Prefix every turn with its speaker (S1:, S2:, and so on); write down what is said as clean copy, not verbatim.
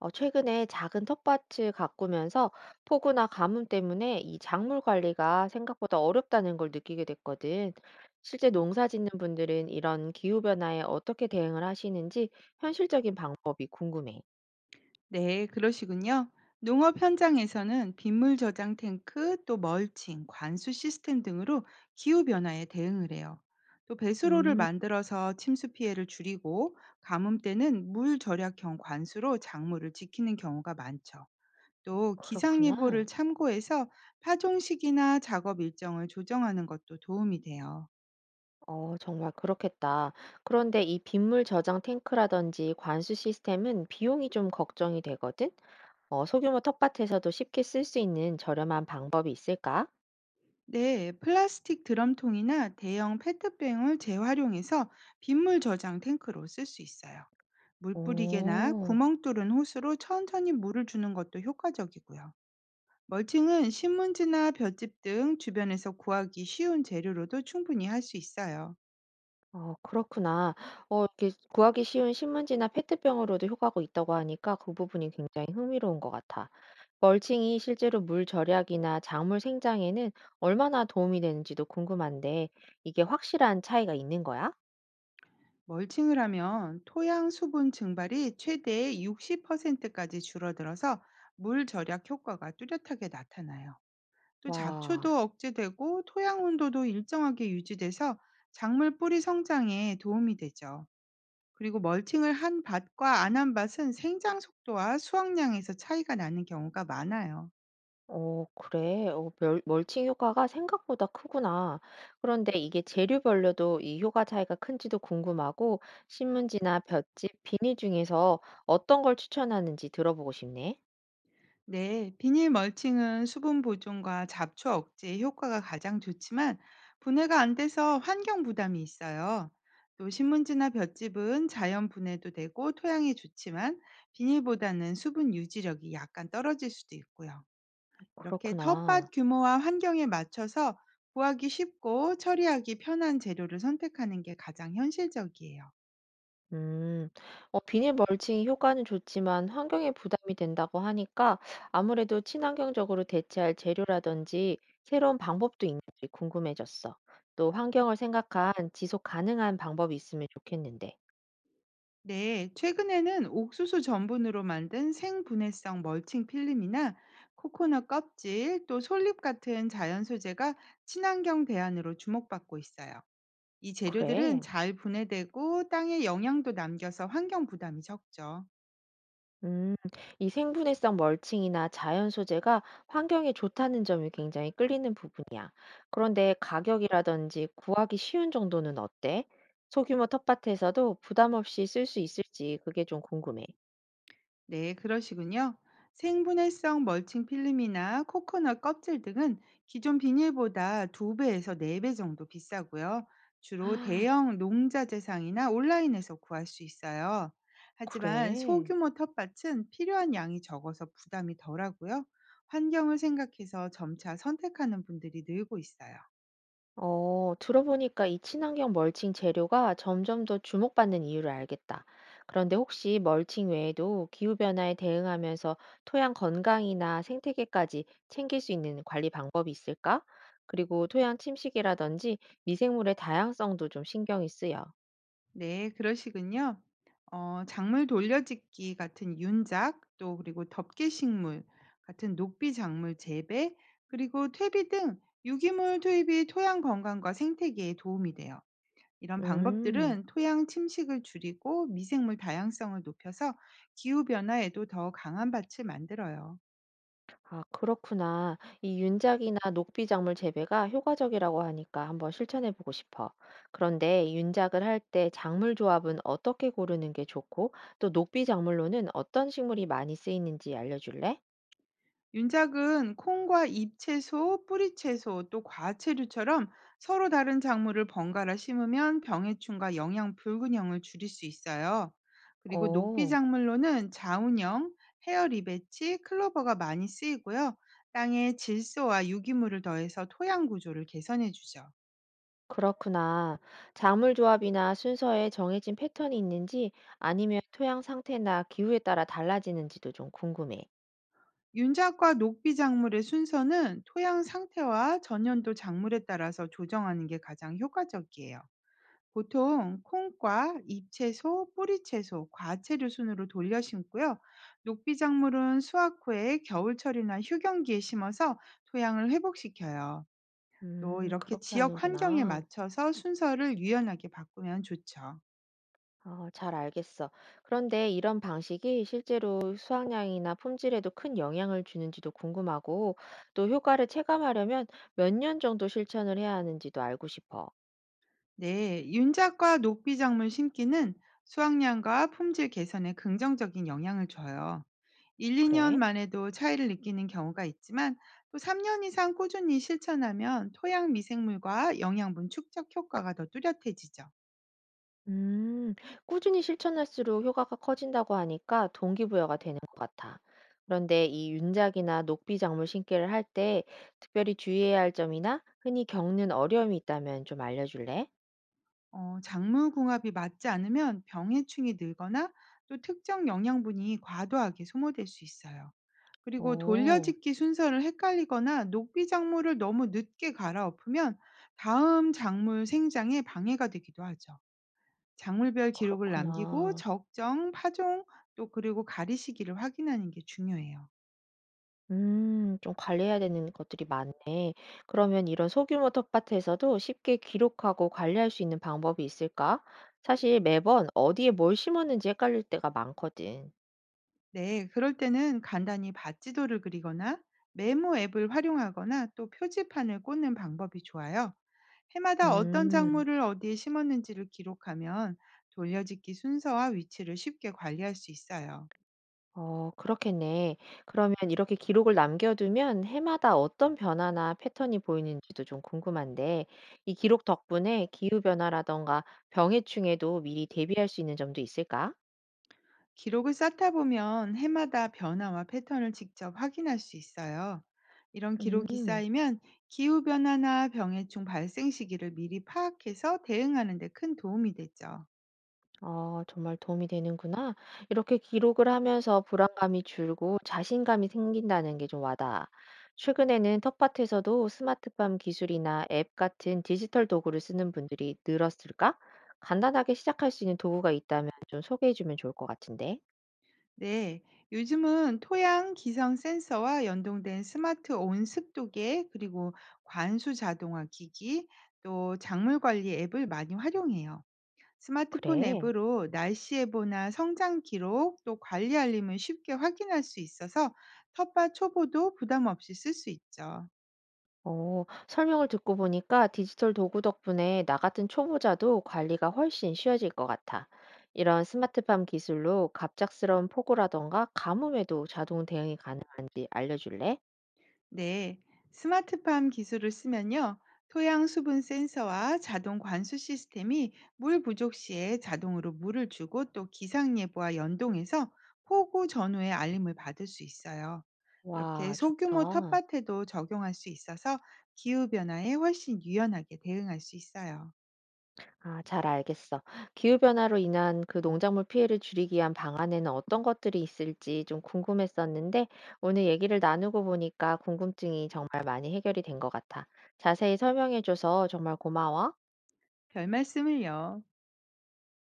S1: 최근에 작은 텃밭을 가꾸면서 폭우나 가뭄 때문에 이 작물 관리가 생각보다 어렵다는 걸 느끼게 됐거든. 실제 농사 짓는 분들은 이런 기후변화에 어떻게 대응을 하시는지 현실적인 방법이 궁금해.
S2: 네, 그러시군요. 농업 현장에서는 빗물 저장 탱크, 또 멀칭, 관수 시스템 등으로 기후 변화에 대응을 해요. 또 배수로를
S1: 음,
S2: 만들어서 침수 피해를 줄이고 가뭄 때는 물 절약형 관수로 작물을 지키는 경우가 많죠. 또 기상
S1: 그렇구나.
S2: 예보를 참고해서 파종 시기나 작업 일정을 조정하는 것도 도움이 돼요.
S1: 정말 그렇겠다. 그런데 이 빗물 저장 탱크라든지 관수 시스템은 비용이 좀 걱정이 되거든. 소규모 텃밭에서도 쉽게 쓸 수 있는 저렴한 방법이 있을까?
S2: 네, 플라스틱 드럼통이나 대형 페트병을 재활용해서 빗물 저장 탱크로 쓸 수 있어요. 물 뿌리개나
S1: 오.
S2: 구멍 뚫은 호스로 천천히 물을 주는 것도 효과적이고요. 멀칭은 신문지나 볏짚 등 주변에서 구하기 쉬운 재료로도 충분히 할 수 있어요.
S1: 그렇구나. 이렇게 구하기 쉬운 신문지나 페트병으로도 효과가 있다고 하니까 그 부분이 굉장히 흥미로운 것 같아. 멀칭이 실제로 물 절약이나 작물 생장에는 얼마나 도움이 되는지도 궁금한데 이게 확실한 차이가 있는 거야?
S2: 멀칭을 하면 토양 수분 증발이 최대 60%까지 줄어들어서 물 절약 효과가 뚜렷하게 나타나요. 또
S1: 와.
S2: 잡초도 억제되고 토양 온도도 일정하게 유지돼서 작물 뿌리 성장에 도움이 되죠. 그리고 멀칭을 한 밭과 안한 밭은 생장 속도와 수확량에서 차이가 나는 경우가 많아요.
S1: 그래. 어 멀 멀칭 효과가 생각보다 크구나. 그런데 이게 재료별로도 이 효과 차이가 큰지도 궁금하고 신문지나 볏짚, 비닐 중에서 어떤 걸 추천하는지 들어보고 싶네.
S2: 네, 비닐 멀칭은 수분 보존과 잡초 억제에 효과가 가장 좋지만 분해가 안 돼서 환경 부담이 있어요. 또 신문지나 볏짚은 자연 분해도 되고 토양에 좋지만 비닐보다는 수분 유지력이 약간 떨어질 수도 있고요. 이렇게
S1: 그렇구나.
S2: 텃밭 규모와 환경에 맞춰서 구하기 쉽고 처리하기 편한 재료를 선택하는 게 가장 현실적이에요.
S1: 음, 비닐멀칭 효과는 좋지만 환경에 부담이 된다고 하니까 아무래도 친환경적으로 대체할 재료라든지 새로운 방법도 있는지 궁금해졌어. 또 환경을 생각한 지속 가능한 방법이 있으면 좋겠는데.
S2: 네, 최근에는 옥수수 전분으로 만든 생분해성 멀칭 필름이나 코코넛 껍질, 또 솔잎 같은 자연 소재가 친환경 대안으로 주목받고 있어요. 이 재료들은
S1: 그래.
S2: 잘 분해되고 땅에 영양도 남겨서 환경 부담이 적죠.
S1: 음, 이 생분해성 멀칭이나 자연 소재가 환경에 좋다는 점이 굉장히 끌리는 부분이야. 그런데 가격이라든지 구하기 쉬운 정도는 어때? 소규모 텃밭에서도 부담 없이 쓸 수 있을지 그게 좀 궁금해.
S2: 네, 그러시군요. 생분해성 멀칭 필름이나 코코넛 껍질 등은 기존 비닐보다 2배에서 4배 정도 비싸고요. 주로 대형 농자재상이나 온라인에서 구할 수 있어요. 하지만
S1: 그래?
S2: 소규모 텃밭은 필요한 양이 적어서 부담이 덜하고요. 환경을 생각해서 점차 선택하는 분들이 늘고 있어요.
S1: 들어보니까 이 친환경 멀칭 재료가 점점 더 주목받는 이유를 알겠다. 그런데 혹시 멀칭 외에도 기후변화에 대응하면서 토양 건강이나 생태계까지 챙길 수 있는 관리 방법이 있을까? 그리고 토양 침식이라든지 미생물의 다양성도 좀 신경이 쓰여.
S2: 네, 그러시군요. 작물 돌려짓기 같은 윤작, 또 그리고 덮개식물 같은 녹비 작물 재배, 그리고 퇴비 등 유기물 투입이 토양 건강과 생태계에 도움이 돼요. 이런
S1: 음.
S2: 방법들은 토양 침식을 줄이고 미생물 다양성을 높여서 기후 변화에도 더 강한 밭을 만들어요.
S1: 아, 그렇구나. 이 윤작이나 녹비 작물 재배가 효과적이라고 하니까 한번 실천해 보고 싶어. 그런데 윤작을 할 때 작물 조합은 어떻게 고르는 게 좋고, 또 녹비 작물로는 어떤 식물이 많이 쓰이는지 알려줄래?
S2: 윤작은 콩과 잎채소, 뿌리채소, 또 과채류처럼 서로 다른 작물을 번갈아 심으면 병해충과 영양 불균형을 줄일 수 있어요. 그리고 녹비
S1: 오,
S2: 작물로는 자운형, 헤어리베치, 클로버가 많이 쓰이고요. 땅에 질소와 유기물을 더해서 토양 구조를 개선해 주죠.
S1: 그렇구나. 작물 조합이나 순서에 정해진 패턴이 있는지 아니면 토양 상태나 기후에 따라 달라지는지도 좀 궁금해.
S2: 윤작과 녹비 작물의 순서는 토양 상태와 전년도 작물에 따라서 조정하는 게 가장 효과적이에요. 보통 콩과 잎채소, 뿌리채소, 과채류 순으로 돌려 심고요. 녹비 작물은 수확 후에 겨울철이나 휴경기에 심어서 토양을 회복시켜요. 또 이렇게
S1: 그렇게
S2: 지역 환경에
S1: 하는구나.
S2: 맞춰서 순서를 유연하게 바꾸면 좋죠.
S1: 잘 알겠어. 그런데 이런 방식이 실제로 수확량이나 품질에도 큰 영향을 주는지도 궁금하고, 또 효과를 체감하려면 몇 년 정도 실천을 해야 하는지도 알고 싶어.
S2: 네, 윤작과 녹비 작물 심기는 수확량과 품질 개선에 긍정적인 영향을 줘요. 1-2
S1: 그래?
S2: 년만 에도 차이를 느끼는 경우가 있지만 또 3년 이상 꾸준히 실천하면 토양 미생물과 영양분 축적 효과가 더 뚜렷해지죠.
S1: 음, 꾸준히 실천할수록 효과가 커진다고 하니까 동기부여가 되는 것 같아. 그런데 이 윤작이나 녹비 작물 심기를 할 때 특별히 주의해야 할 점이나 흔히 겪는 어려움이 있다면 좀 알려줄래?
S2: 작물 궁합이 맞지 않으면 병해충이 늘거나 또 특정 영양분이 과도하게 소모될 수 있어요. 그리고
S1: 오,
S2: 돌려짓기 순서를 헷갈리거나 녹비 작물을 너무 늦게 갈아엎으면 다음 작물 생장에 방해가 되기도 하죠. 작물별 기록을 남기고
S1: 그렇구나.
S2: 적정, 파종, 또 그리고 가리 시기를 확인하는 게 중요해요.
S1: 좀 관리해야 되는 것들이 많네. 그러면 이런 소규모 텃밭에서도 쉽게 기록하고 관리할 수 있는 방법이 있을까? 사실 매번 어디에 뭘 심었는지 헷갈릴 때가 많거든.
S2: 네, 그럴 때는 간단히 밭지도를 그리거나 메모 앱을 활용하거나 또 표지판을 꽂는 방법이 좋아요. 해마다 어떤
S1: 음,
S2: 작물을 어디에 심었는지를 기록하면 돌려짓기 순서와 위치를 쉽게 관리할 수 있어요.
S1: 그렇겠네. 그러면 이렇게 기록을 남겨두면 해마다 어떤 변화나 패턴이 보이는지도 좀 궁금한데, 이 기록 덕분에 기후변화라던가 병해충에도 미리 대비할 수 있는 점도 있을까?
S2: 기록을 쌓다 보면 해마다 변화와 패턴을 직접 확인할 수 있어요. 이런 기록이
S1: 음.
S2: 쌓이면 기후변화나 병해충 발생 시기를 미리 파악해서 대응하는 데 큰 도움이 되죠.
S1: 아, 정말 도움이 되는구나. 이렇게 기록을 하면서 불안감이 줄고 자신감이 생긴다는 게 좀 와닿아. 최근에는 텃밭에서도 스마트팜 기술이나 앱 같은 디지털 도구를 쓰는 분들이 늘었을까? 간단하게 시작할 수 있는 도구가 있다면 좀 소개해 주면 좋을 것 같은데.
S2: 네, 요즘은 토양 기상 센서와 연동된 스마트 온습도계 그리고 관수 자동화 기기 또 작물 관리 앱을 많이 활용해요. 스마트폰
S1: 그래.
S2: 앱으로 날씨 예보나 성장 기록 또 관리 알림을 쉽게 확인할 수 있어서 텃밭 초보도 부담 없이 쓸 수 있죠.
S1: 설명을 듣고 보니까 디지털 도구 덕분에 나 같은 초보자도 관리가 훨씬 쉬워질 것 같아. 이런 스마트팜 기술로 갑작스러운 폭우라던가 가뭄에도 자동 대응이 가능한지 알려줄래?
S2: 네, 스마트팜 기술을 쓰면요. 토양 수분 센서와 자동 관수 시스템이 물 부족 시에 자동으로 물을 주고 또 기상 예보와 연동해서 폭우 전후의 알림을 받을 수 있어요. 이렇게
S1: 와,
S2: 소규모
S1: 좋다.
S2: 텃밭에도 적용할 수 있어서 기후 변화에 훨씬 유연하게 대응할 수 있어요.
S1: 아, 잘 알겠어. 기후변화로 인한 그 농작물 피해를 줄이기 위한 방안에는 어떤 것들이 있을지 좀 궁금했었는데, 오늘 얘기를 나누고 보니까 궁금증이 정말 많이 해결이 된 것 같아. 자세히 설명해줘서 정말 고마워.
S2: 별말씀을요.